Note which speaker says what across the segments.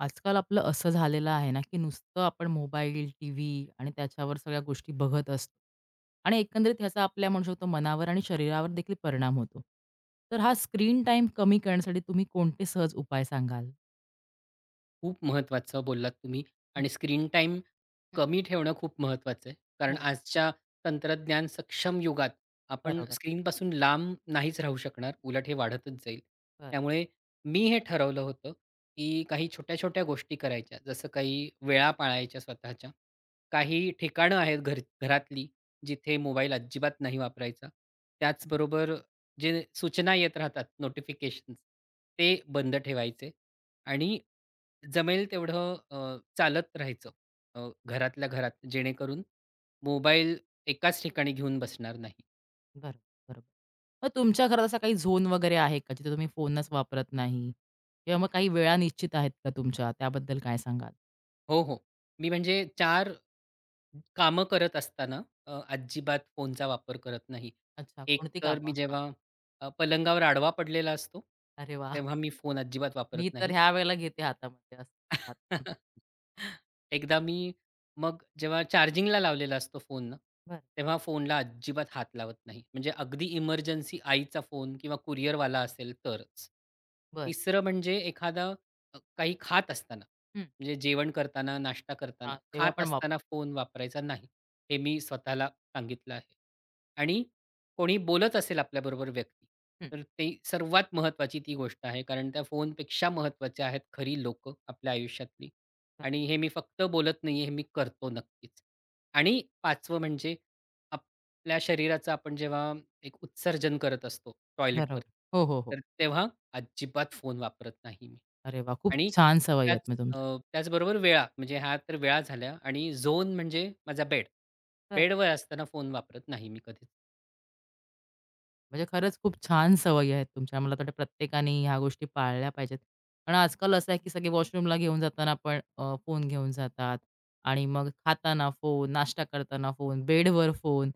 Speaker 1: आजकाल आपलं असं झालेलं आहे ना, की नुसतं आपण मोबाईल, टीव्ही आणि त्याच्यावर सगळ्या गोष्टी बघत असतो आणि एकंदरीत ह्याचा आपल्या म्हणू शकतो मनावर आणि शरीरावर देखील परिणाम होतो. तर हा स्क्रीन टाईम कमी करण्यासाठी तुम्ही कोणते सहज उपाय सांगाल?
Speaker 2: खूप महत्त्वाचं बोललात तुम्ही
Speaker 1: हं,
Speaker 2: आणि स्क्रीन टाईम
Speaker 1: हं.
Speaker 2: कमी ठेवणं खूप महत्त्वाचं आहे. कारण
Speaker 1: बरोबर,
Speaker 2: आजच्या तंत्रज्ञान सक्षम युगात आपण
Speaker 1: बरोबर.
Speaker 2: स्क्रीनपासून लांब नाहीच राहू शकणार. उलट हे वाढतच जाईल.
Speaker 1: बरं,
Speaker 2: त्यामुळे मी हे ठरवलं होतं, की काही छोट्या-छोट्या गोष्टी करायच्या. जसं काही वेळा पाळायच्या स्वतःच्या. काही ठिकाणं आहेत घरातली जिथे मोबाईल अजिबात नाही वापरायचा.
Speaker 1: बरं,
Speaker 2: त्याचबरोबर जे सूचना येत राहतात नोटिफिकेशन्स ते बंद ठेवायचे आणि जमेल तेवढं चालत राहायचं घरातल्या घरात जेणेकरून मोबाईल एकाच ठिकाणी घेऊन बसणार नाही.
Speaker 1: बरं, बरोबर. मग तुमच्या घरात असा काही झोन वगैरे आहे का, जिथे तुम्ही फोनच वापरत नाही? किंवा मग काही वेळा निश्चित आहेत का तुमच्या? त्याबद्दल काय सांगाल?
Speaker 2: हो, हो. मी म्हणजे चार कामं करत असताना अजिबात फोनचा वापर करत नाही.
Speaker 1: अच्छा,
Speaker 2: एक
Speaker 1: कोणती
Speaker 2: तर मी
Speaker 1: कामं? हां.
Speaker 2: जेव्हा पलंगावर आडवा पडलेला असतो,
Speaker 1: अरे वाह!
Speaker 2: तेव्हा मी फोन अजिबात
Speaker 1: मी
Speaker 2: वापरत
Speaker 1: तर
Speaker 2: नाही.
Speaker 1: ह्या वेळेला घेते हातामध्ये असं हात.
Speaker 2: एकदा मी मग जेव्हा चार्जिंगला लावलेला असतो फोन ना,
Speaker 1: बरं,
Speaker 2: तेव्हा फोनला अजिबात हात लावत नाही. म्हणजे अगदी इमर्जन्सी आईचा फोन किंवा कुरिअरवाला असेल तरच.
Speaker 1: बरं.
Speaker 2: तिसरं म्हणजे एखादा काही खात असताना,
Speaker 1: हं.
Speaker 2: म्हणजे जेवण करताना, नाश्ता
Speaker 1: हां,
Speaker 2: करताना,
Speaker 1: तेव्हा
Speaker 2: खात
Speaker 1: पण वापर
Speaker 2: असताना फोन वापरायचा नाही. हे मी स्वतःला सांगितलं आहे. आणि कोणी बोलत असेल आपल्याबरोबर व्यक्ती,
Speaker 1: हं.
Speaker 2: तर ती सर्वात महत्त्वाची ती गोष्ट आहे. कारण त्या फोनपेक्षा महत्त्वाची आहेत खरी लोकं आपल्या आयुष्यातली.
Speaker 1: बरं,
Speaker 2: आणि हे मी फक्त बोलत नाही आहे, हे मी करतो नक्कीच. आणि 5वं म्हणजे आपल्या शरीराचं आपण जेव्हा एक उत्सर्जन करत असतो टॉयलेटवर,
Speaker 1: बरोबर. हो, हो, हो.
Speaker 2: तर तेव्हा अजिबात फोन वापरत नाही मी.
Speaker 1: अरे वा, खूप
Speaker 2: आणि
Speaker 1: छान सवयी आहेत
Speaker 2: त्याच
Speaker 1: मग
Speaker 2: अ,
Speaker 1: तुमच्या.
Speaker 2: त्याचबरोबर वेळा, म्हणजे ह्या तर वेळा झाल्या आणि झोन म्हणजे माझा बेड.
Speaker 1: तर
Speaker 2: बेडवर असताना फोन वापरत नाही मी कधीच.
Speaker 1: म्हणजे खरंच खूप छान सवयी आहेत तुमच्या. मला वाटतं प्रत्येकाने ह्या गोष्टी पाळल्या पाहिजेत. कारण आजकाल असं आहे, की सगळे वॉशरूमला घेऊन जाताना पण फोन घेऊन जातात आणि मग खाताना फोन, नाश्ता करताना फोन, बेडवर फोन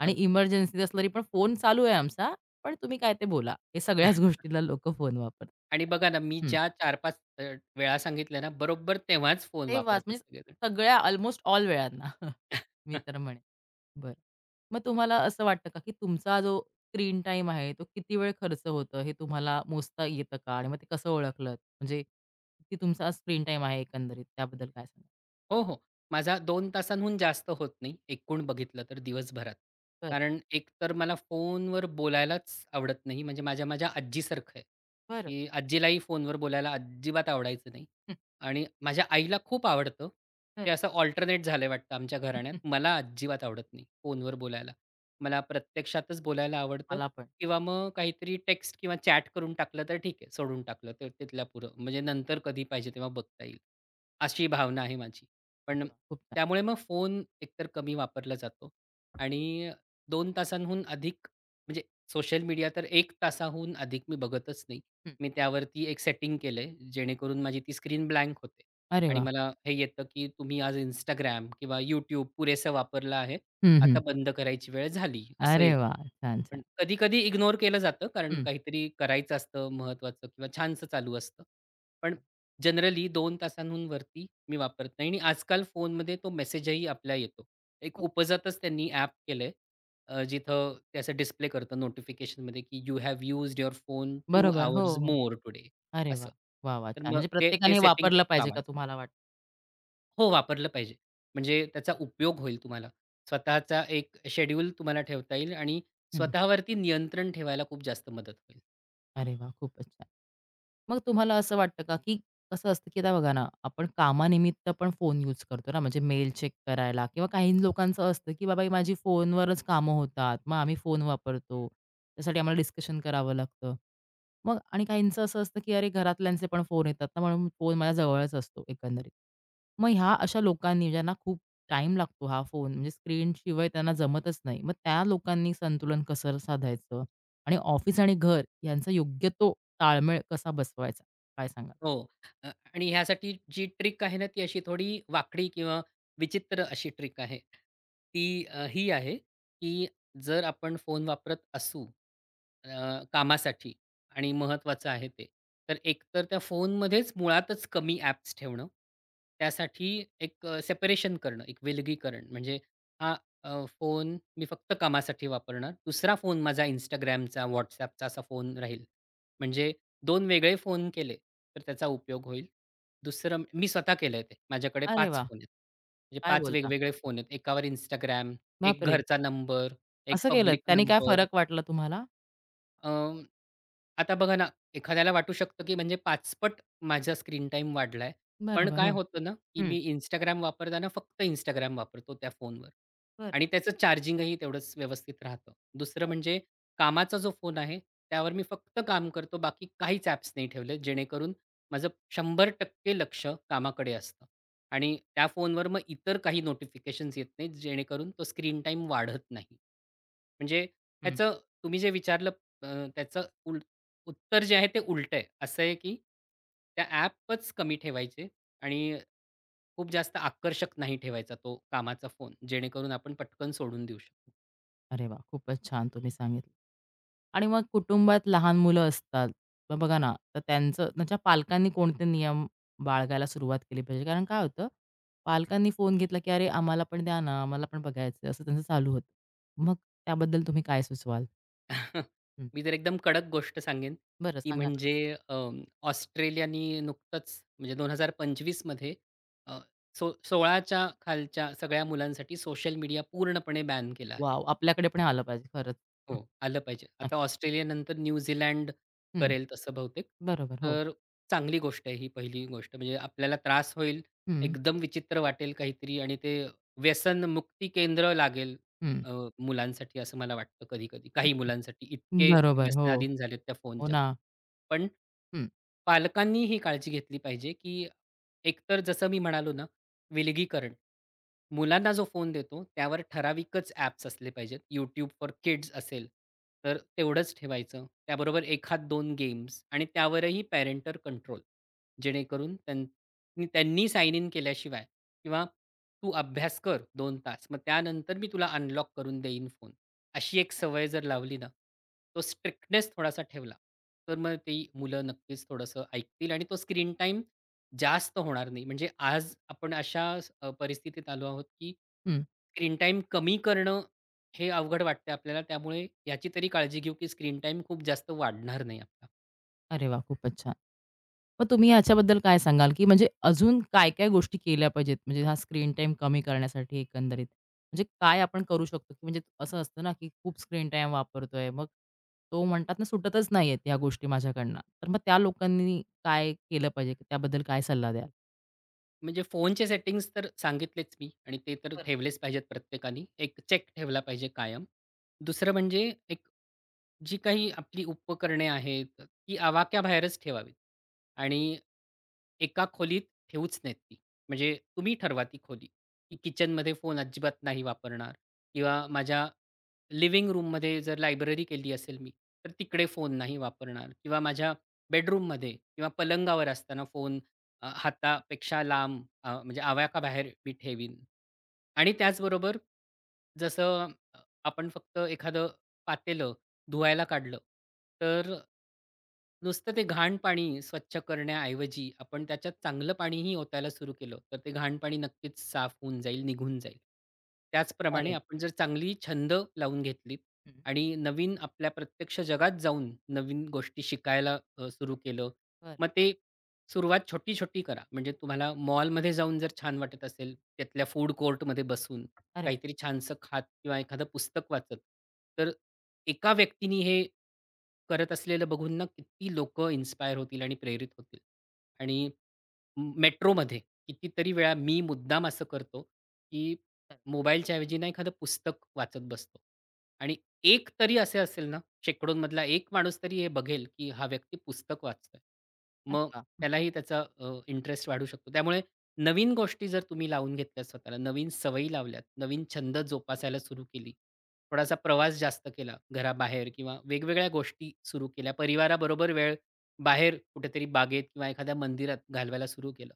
Speaker 1: आणि
Speaker 2: अगदी.
Speaker 1: इमर्जन्सी असलं तरी पण फोन चालू आहे आमचा, पण तुम्ही काय ते बोला. हे सगळ्याच गोष्टीला लोकं फोन वापरतात.
Speaker 2: आणि बघा ना, मी ज्या 4-5 अ, वेळा सांगितल्या ना, बरोबर तेव्हाच फोन
Speaker 1: ते वाच
Speaker 2: वापरतात
Speaker 1: म्हणजे
Speaker 2: सगळेजण.
Speaker 1: सगळ्या अल्मोस्ट ऑल वेळांना मी तर म्हणेन. बरं. मग तुम्हाला असं वाटतं का, की तुमचा जो स्क्रीन टाईम आहे, तो किती वेळ खर्च होतं हे तुम्हाला मोजता येतं का? आणि मग ते कसं ओळखलं? म्हणजे किती तुमचा स्क्रीन टाईम आहे एकंदरीत त्याबद्दल काय सांगाल?
Speaker 2: हो, हो. माझा 2 तासांहून जास्त होत नाही, एकूण बघितलं तर दिवसभरात.
Speaker 1: बरं,
Speaker 2: कारण एक तर मला फोनवर बोलायलाच आवडत नाही. म्हणजे माझ्या माझ्या आजीसारखं आहे,
Speaker 1: बरं.
Speaker 2: की आजीलाही फोनवर बोलायला अजिबात आवडायचं नाही.
Speaker 1: हं,
Speaker 2: आणि माझ्या आईला खूप आवडतं.
Speaker 1: बरं. हं, हं.
Speaker 2: ते असं अल्टरनेट झालंय वाटतं आमच्या घराण्यात. मला अजिबात आवडत नाही फोनवर
Speaker 1: बरं.
Speaker 2: बोलायला. मला प्रत्यक्षातच बोलायला आवडतं
Speaker 1: मला पण.
Speaker 2: किंवा मग काहीतरी टेक्स्ट किंवा चॅट करून टाकलं तर ठीक आहे, सोडून टाकलं तर तिथल्यापुरं. म्हणजे नंतर कधी पाहिजे तेव्हा बघता येईल. अशी भावना आहे माझी.
Speaker 1: अरे
Speaker 2: पण
Speaker 1: वाह! खूप छान.
Speaker 2: त्यामुळे मग फोन एकतर कमी वापरला जातो आणि 2 तासांहून अधिक म्हणजे सोशल मीडिया तर 1 तासाहून अधिक मी बघतच नाही.
Speaker 1: हं.
Speaker 2: मी त्यावरती एक सेटिंग केलंय, जेणेकरून माझी ती स्क्रीन ब्लँक होते
Speaker 1: अरे
Speaker 2: आणि
Speaker 1: वाह!
Speaker 2: मला हे येतं, की तुम्ही आज इंस्टाग्राम किंवा YouTube पुरेसं वापरलं आहे.
Speaker 1: हं, हं.
Speaker 2: आता बंद करायची वेळ झाली, असं
Speaker 1: अरे
Speaker 2: येतं.
Speaker 1: वाह! छान, छान.
Speaker 2: पण कधी-कधी इग्नोर केलं जातं, कारण
Speaker 1: हं.
Speaker 2: काहीतरी करायचं असतं महत्त्वाचं किंवा छानसं चालू असतं. पण जनरली 2 तासांहून वरती मी वापरत नाही आणि आजकाल फोनमध्ये तो मेसेजही आपल्या येतो. एक
Speaker 1: हो.
Speaker 2: उपजतच त्यांनी ॲप केलंय जिथं ते असं डिस्प्ले करतं नोटिफिकेशनमध्ये, की "you have used your phone 2
Speaker 1: बरोबर. हो,
Speaker 2: आवर्स
Speaker 1: हो.
Speaker 2: मोर टुडे"
Speaker 1: अरे
Speaker 2: असं.
Speaker 1: वाह! वाह, वाह!
Speaker 2: तर
Speaker 1: छान.
Speaker 2: मग
Speaker 1: म्हणजे
Speaker 2: ते ते
Speaker 1: प्रत्येकाने
Speaker 2: सेटिंग
Speaker 1: वापरलं
Speaker 2: खूप
Speaker 1: पाहिजे का
Speaker 2: कामाचं
Speaker 1: तुम्हाला वाटतं?
Speaker 2: हो, वापरलं पाहिजे. म्हणजे त्याचा उपयोग होईल तुम्हाला. स्वतःचा एक शेड्यूल तुम्हाला ठेवता येईल आणि
Speaker 1: हं.
Speaker 2: स्वतःवरती नियंत्रण ठेवायला खूप जास्त मदत होईल.
Speaker 1: अरे वा, खूपच छान. मग तुम्हाला असं वाटतं का, की कसं असतं, की आता बघा ना, आपण कामानिमित्त पण फोन यूज करतो ना, म्हणजे मेल चेक करायला किंवा काही लोकांचं असतं, की बाबा ही माझी फोनवरच कामं होतात, मग आम्ही फोन वापरतो. त्यासाठी आम्हाला डिस्कशन करावं लागतं. मग आणि काहींचं असं असतं, की अरे घरातल्यांचे पण फोन येतात ना, म्हणून फोन माझ्या जवळच असतो एकंदरीत. मग ह्या अशा लोकांनी ज्यांना खूप टाइम लागतो हा फोन म्हणजे स्क्रीनशिवाय त्यांना जमतच नाही, मग त्या लोकांनी संतुलन कसं साधायचं? आणि ऑफिस आणि घर यांचा योग्य तो ताळमेळ कसा बसवायचा? काय सांगा,
Speaker 2: हो. अ, आणि ह्यासाठी जी ट्रिक आहे ना, ती अशी थोडी वाकडी किंवा विचित्र अशी ट्रिक आहे. ती ही आहे, की जर आपण फोन वापरत असू अ, कामासाठी आणि महत्त्वाचं आहे ते, तर एकतर त्या फोनमध्येच मुळातच कमी ॲप्स ठेवणं. त्यासाठी एक सेपरेशन करणं, एक विलगीकरण. म्हणजे हा फोन मी फक्त कामासाठी वापरणार. दुसरा फोन माझा Instagramचा, WhatsAppचा असा फोन राहील. म्हणजे दोन वेगळे फोन केले, तर त्याचा उपयोग होईल. दुसरं मी स्वतः केलंय ते. माझ्याकडे
Speaker 1: अरे
Speaker 2: पाच
Speaker 1: वा,
Speaker 2: फोन आहेत. म्हणजे
Speaker 1: काय
Speaker 2: 5
Speaker 1: बोलता?
Speaker 2: वेगवेगळे फोन आहेत. एकावर इंस्टाग्राम, एक
Speaker 1: बापरे!
Speaker 2: घरचा नंबर, एक
Speaker 1: असं केलत?
Speaker 2: पब्लिक
Speaker 1: त्याने काय
Speaker 2: नंबर
Speaker 1: फरक वाटला तुम्हाला?
Speaker 2: अं, आता बघा ना, एखाद्याला वाटू शकतं, की म्हणजे पाचपट माझा स्क्रीन टाईम वाढलाय. पण
Speaker 1: बरोबर.
Speaker 2: काय
Speaker 1: हो.
Speaker 2: होतं ना, की
Speaker 1: हं.
Speaker 2: मी इंस्टाग्राम वापरताना फक्त Instagram वापरतो त्या फोनवर
Speaker 1: बरं,
Speaker 2: आणि त्याचं चार्जिंगही तेवढंच व्यवस्थित राहतं. दुसरं
Speaker 1: बरं.
Speaker 2: म्हणजे कामाचा जो फोन आहे, त्यावर मी फक्त काम करतो. बाकी काहीच ॲप्स नाही ठेवले, जेणेकरून माझं 100% लक्ष कामाकडे असतं आणि त्या फोनवर मग इतर काही नोटिफिकेशन्स येत नाहीत, जेणेकरून तो स्क्रीन टाईम वाढत नाही. म्हणजे
Speaker 1: हं.
Speaker 2: ह्याचं तुम्ही जे विचारलं त्याचं उल उत्तर जे आहे ते उलटं आहे. असं आहे की त्या ॲपच कमी ठेवायचे आणि खूप जास्त आकर्षक नाही ठेवायचा तो कामाचा फोन, जेणेकरून आपण पटकन सोडून देऊ शकू.
Speaker 1: अरे वा, खूपच छान तुम्ही सांगितलं. आणि मग कुटुंबात लहान मुलं असतात. मग बघा ना, तर त्यांच्या पालकांनी कोणते नियम बाळगायला सुरुवात केली पाहिजे? कारण काय होतं, पालकांनी फोन घेतला, की "अरे, आम्हाला पण द्या ना, आम्हाला पण बघायचं," असं त्यांचं चालू होतं. मग त्याबद्दल तुम्ही काय सुचवाल? हं,
Speaker 2: मी तर एकदम कडक गोष्ट सांगेन,
Speaker 1: बरं
Speaker 2: ती
Speaker 1: सांगा.
Speaker 2: म्हणजे अ, ऑस्ट्रेलियानी नुकतंच म्हणजे 2025 मध्ये अ, सो 16च्या खालच्या सगळ्या मुलांसाठी सोशल मीडिया पूर्णपणे बॅन केला आहे.
Speaker 1: वॉव! आपल्याकडे पण आलं पाहिजे खरंच.
Speaker 2: हो,
Speaker 1: हं,
Speaker 2: आलं पाहिजे. आता
Speaker 1: नक्की.
Speaker 2: ऑस्ट्रेलियानंतर न्यूझीलंड
Speaker 1: हं,
Speaker 2: करेल तसं बहुतेक.
Speaker 1: बरोबर. हो.
Speaker 2: तर चांगली गोष्ट आहे ही पहिली गोष्ट. म्हणजे आपल्याला त्रास होईल,
Speaker 1: हं,
Speaker 2: एकदम विचित्र वाटेल काहीतरी आणि ते व्यसन व्यसनमुक्ती केंद्र लागेल
Speaker 1: हं.
Speaker 2: अ, मुलांसाठी असं मला वाटतं कधी-कधी. काही मुलांसाठी इतके
Speaker 1: बरोबर. हो.
Speaker 2: व्यसनाधीन झालेत त्या
Speaker 1: हो
Speaker 2: फोनच्या.
Speaker 1: ना.
Speaker 2: पण
Speaker 1: हं,
Speaker 2: पालकांनी ही काळजी घेतली पाहिजे, की एकतर जसं मी म्हणालो ना, विलगीकरण. मुलांना जो फोन देतो त्यावर ठराविकच ॲप्स असले पाहिजेत. यूट्यूब फॉर किड्स असेल, तर तेवढंच ठेवायचं. त्याबरोबर 1-2 गेम्स आणि त्यावरही पॅरेंटल कंट्रोल. जेणेकरून त्यांनी साइन इन केल्याशिवाय किंवा "तू अभ्यास कर 2 तास, मग त्यानंतर मी तुला अनलॉक करून देईन फोन." अशी एक सवय जर लावली ना, तो स्ट्रिक्टनेस थोडासा ठेवला, तर मग ती मुलं नक्कीच थोडंसं ऐकतील आणि तो स्क्रीन टाईम जास्त होणार नाही. म्हणजे आज आपण अशा परिस्थितीत आलो आहोत, की
Speaker 1: हं.
Speaker 2: स्क्रीन टाईम कमी करणं हे अवघड वाटतंय आपल्याला. त्यामुळे याची तरी काळजी घेऊ, की स्क्रीन टाईम खूप जास्त वाढणार नाही आपला.
Speaker 1: अरे वाह! खूपच छान. मग तुम्ही ह्याच्याबद्दल काय सांगाल, की म्हणजे अजून काय-काय गोष्टी केल्या पाहिजेत? म्हणजे हा स्क्रीन टाईम कमी करण्यासाठी एकंदरीत. म्हणजे काय आपण करू शकतो? की म्हणजे असं असतं ना, की खूप स्क्रीन टाईम वापरतोय. मग तो म्हणतात ना, सुटतच नाहीयेत ह्या गोष्टी माझ्याकडनं. तर मग त्या लोकांनी काय केलं पाहिजे? त्याबद्दल काय सल्ला द्याल?
Speaker 2: म्हणजे फोनचे सेटिंग्स तर सांगितलेच मी आणि ते तर
Speaker 1: बरं.
Speaker 2: ठेवलेच पाहिजेत प्रत्येकाने. एक चेक ठेवला पाहिजे कायम. दुसरं म्हणजे एक जी काही आपली उपकरणे आहेत, ती आवाक्याबाहेरच ठेवावीत आणि एका खोलीत ठेवूच नाहीत ती. म्हणजे तुम्ही ठरवा ती खोली, की किचनमध्ये फोन अजिबात नाही वापरणार किंवा माझ्या लिव्हिंग रूममध्ये जर लायब्ररी केली असेल मी, तर तिकडे फोन नाही वापरणार किंवा माझ्या बेडरूममध्ये किंवा पलंगावर असताना फोन हातापेक्षा लांब म्हणजे आवाक्याबाहेर मी ठेवीन. आणि त्याचबरोबर जसं अ, आपण फक्त एखादं पातेलं धुवायला काढलं, तर नुसतं ते घाण पाणी स्वच्छ करण्याऐवजी आपण त्याच्यात चांगलं पाणीही ओतायला सुरू केलं, तर ते घाण पाणी नक्कीच साफ होऊन जाईल, निघून जाईल.
Speaker 1: अरे!
Speaker 2: त्याचप्रमाणे आपण जर चांगली छंद लावून घेतलीत
Speaker 1: हं.
Speaker 2: आणि नवीन आपल्या प्रत्यक्ष जगात जाऊन नवीन गोष्टी शिकायला सुरू केलं,
Speaker 1: बरं.
Speaker 2: मग ते सुरुवात छोटी-छोटी करा. म्हणजे तुम्हाला मॉलमध्ये जाऊन जर छान वाटत असेल, तिथल्या फूड कोर्टमध्ये बसून
Speaker 1: अरे!
Speaker 2: काहीतरी छानसं खात किंवा एखादं पुस्तक वाचत, तर एका व्यक्तीने हे करत असलेलं बघून ना किती लोकं इन्स्पायर होतील आणि प्रेरित होतील. आणि मेट्रोमध्ये कितीतरी वेळा मी मुद्दाम असं करतो, की
Speaker 1: तर
Speaker 2: मोबाईलच्या ऐवजी ना एखादं पुस्तक वाचत बसतो. आणि एक तरी असे असेल ना, शेकडोंमधला एक माणूस तरी हे बघेल, की हा व्यक्ती पुस्तक वाचतोय.
Speaker 1: अरे
Speaker 2: मग
Speaker 1: वाह!
Speaker 2: त्यालाही त्याचा इंटरेस्ट वाढू शकतो. त्यामुळे नवीन गोष्टी जर तुम्ही लावून घेतल्या स्वतःला, नवीन सवयी लावल्यात, नवीन छंद जोपासायला सुरू केली, थोडासा प्रवास जास्त केला घराबाहेर किंवा वेगवेगळ्या गोष्टी सुरू केल्या, परिवाराबरोबर वेळ बाहेर कुठेतरी बागेत किंवा एखाद्या मंदिरात घालवायला सुरू केलं,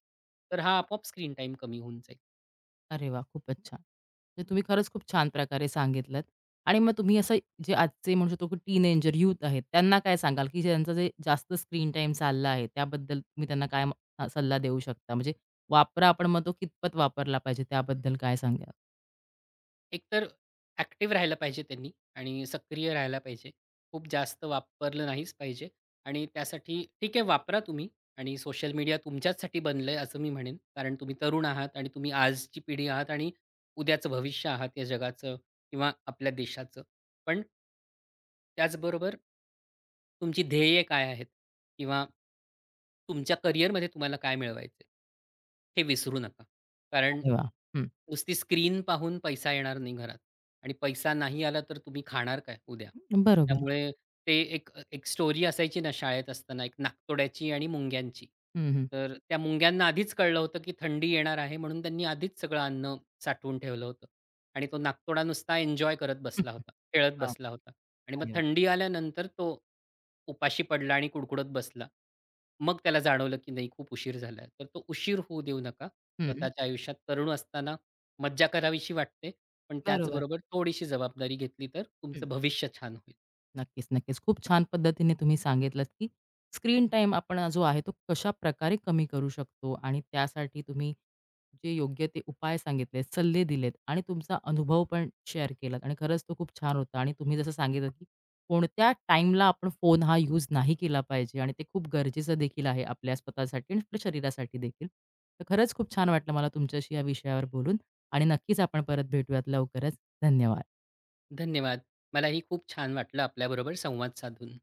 Speaker 2: तर हा आपोआप स्क्रीन टाईम कमी होऊन जाईल.
Speaker 1: अरे वा, खूपच छान. तर तुम्ही खरंच खूप छान प्रकारे सांगितलंत आणि मग तुम्ही असं जे आजचे म्हणू शकतो की टीनेजर, यूथ आहेत, त्यांना काय सांगाल की ज्यांचा जे जास्त स्क्रीन टाईम चालला आहे, त्याबद्दल तुम्ही त्यांना काय सल्ला देऊ शकता? म्हणजे वापरा, आपण मग तो कितपत वापरला पाहिजे त्याबद्दल काय सांगाल?
Speaker 2: एकतर ॲक्टिव्ह राहायला पाहिजे त्यांनी आणि सक्रिय राहायला पाहिजे. खूप जास्त वापरलं नाहीच पाहिजे आणि त्यासाठी ठीक आहे वापरा तुम्ही आणि सोशल मीडिया तुमच्याचसाठी बनलंय असं मी म्हणेन. कारण तुम्ही तरुण आहात आणि तुम्ही आजची पिढी आहात आणि उद्याचं भविष्य आहात या जगाचं किंवा आपल्या देशाचं. पण त्याचबरोबर तुमची ध्येय काय आहेत? किंवा तुमच्या करिअरमध्ये तुम्हाला काय मिळवायचं आहे? हे विसरू नका. कारण
Speaker 1: अरे वाह! हं.
Speaker 2: नुसती स्क्रीन पाहून पैसा येणार नाही घरात आणि पैसा नाही आला तर तुम्ही खाणार काय उद्या?
Speaker 1: बरोबर.
Speaker 2: त्यामुळे ते एक एक स्टोरी असायची ना शाळेत असताना एक नाकतोड्याची आणि मुंग्यांची.
Speaker 1: हं, हं.
Speaker 2: तर त्या मुंग्यांना आधीच कळलं होतं, की थंडी येणार आहे म्हणून त्यांनी आधीच सगळं अन्न साठवून ठेवलं होतं आणि तो नाकतोडा नुसता एन्जॉय करत
Speaker 1: हं.
Speaker 2: बसला होता, खेळत
Speaker 1: वाह!
Speaker 2: बसला होता. आणि मग
Speaker 1: अरे वाह!
Speaker 2: थंडी आल्यानंतर तो उपाशी पडला आणि कुडकुडत बसला. मग त्याला जाणवलं, की नाही खूप उशीर झालाय. तर तो उशीर होऊ देऊ नका.
Speaker 1: हं,
Speaker 2: स्वतःच्या आयुष्यात तरुण असताना मज्जा करावीशी वाटते, पण
Speaker 1: बरोबर.
Speaker 2: त्याचबरोबर थोडीशी जबाबदारी घेतली तर
Speaker 1: हं.
Speaker 2: तुमचं भविष्य छान होईल.
Speaker 1: नक्कीच, नक्कीच. खूप छान पद्धतीने तुम्ही सांगितलत, की स्क्रीन टाईम आपण जो आहे तो कशा कशाप्रकारे कमी करू शकतो आणि त्यासाठी तुम्ही जे योग्य ते उपाय सांगितले, सल्ले दिलेत आणि तुमचा अनुभव पण शेअर केलात आणि खरंच तो खूप छान होता आणि तुम्ही जसं सांगितलं, की कोणत्या टाईमला आपण फोन हा यूज नाही केला पाहिजे आणि ते खूप गरजेचं देखील आहे आपल्या स्वतःसाठी आणि आपल्या शरीरासाठी देखील. तर खरंच खूप छान वाटलं मला तुमच्याशी या विषयावर बोलून आणि नक्कीच आपण परत भेटूयात लवकरच. धन्यवाद.
Speaker 2: धन्यवाद. मलाही खूप छान वाटलं आपल्याबरोबर संवाद साधून.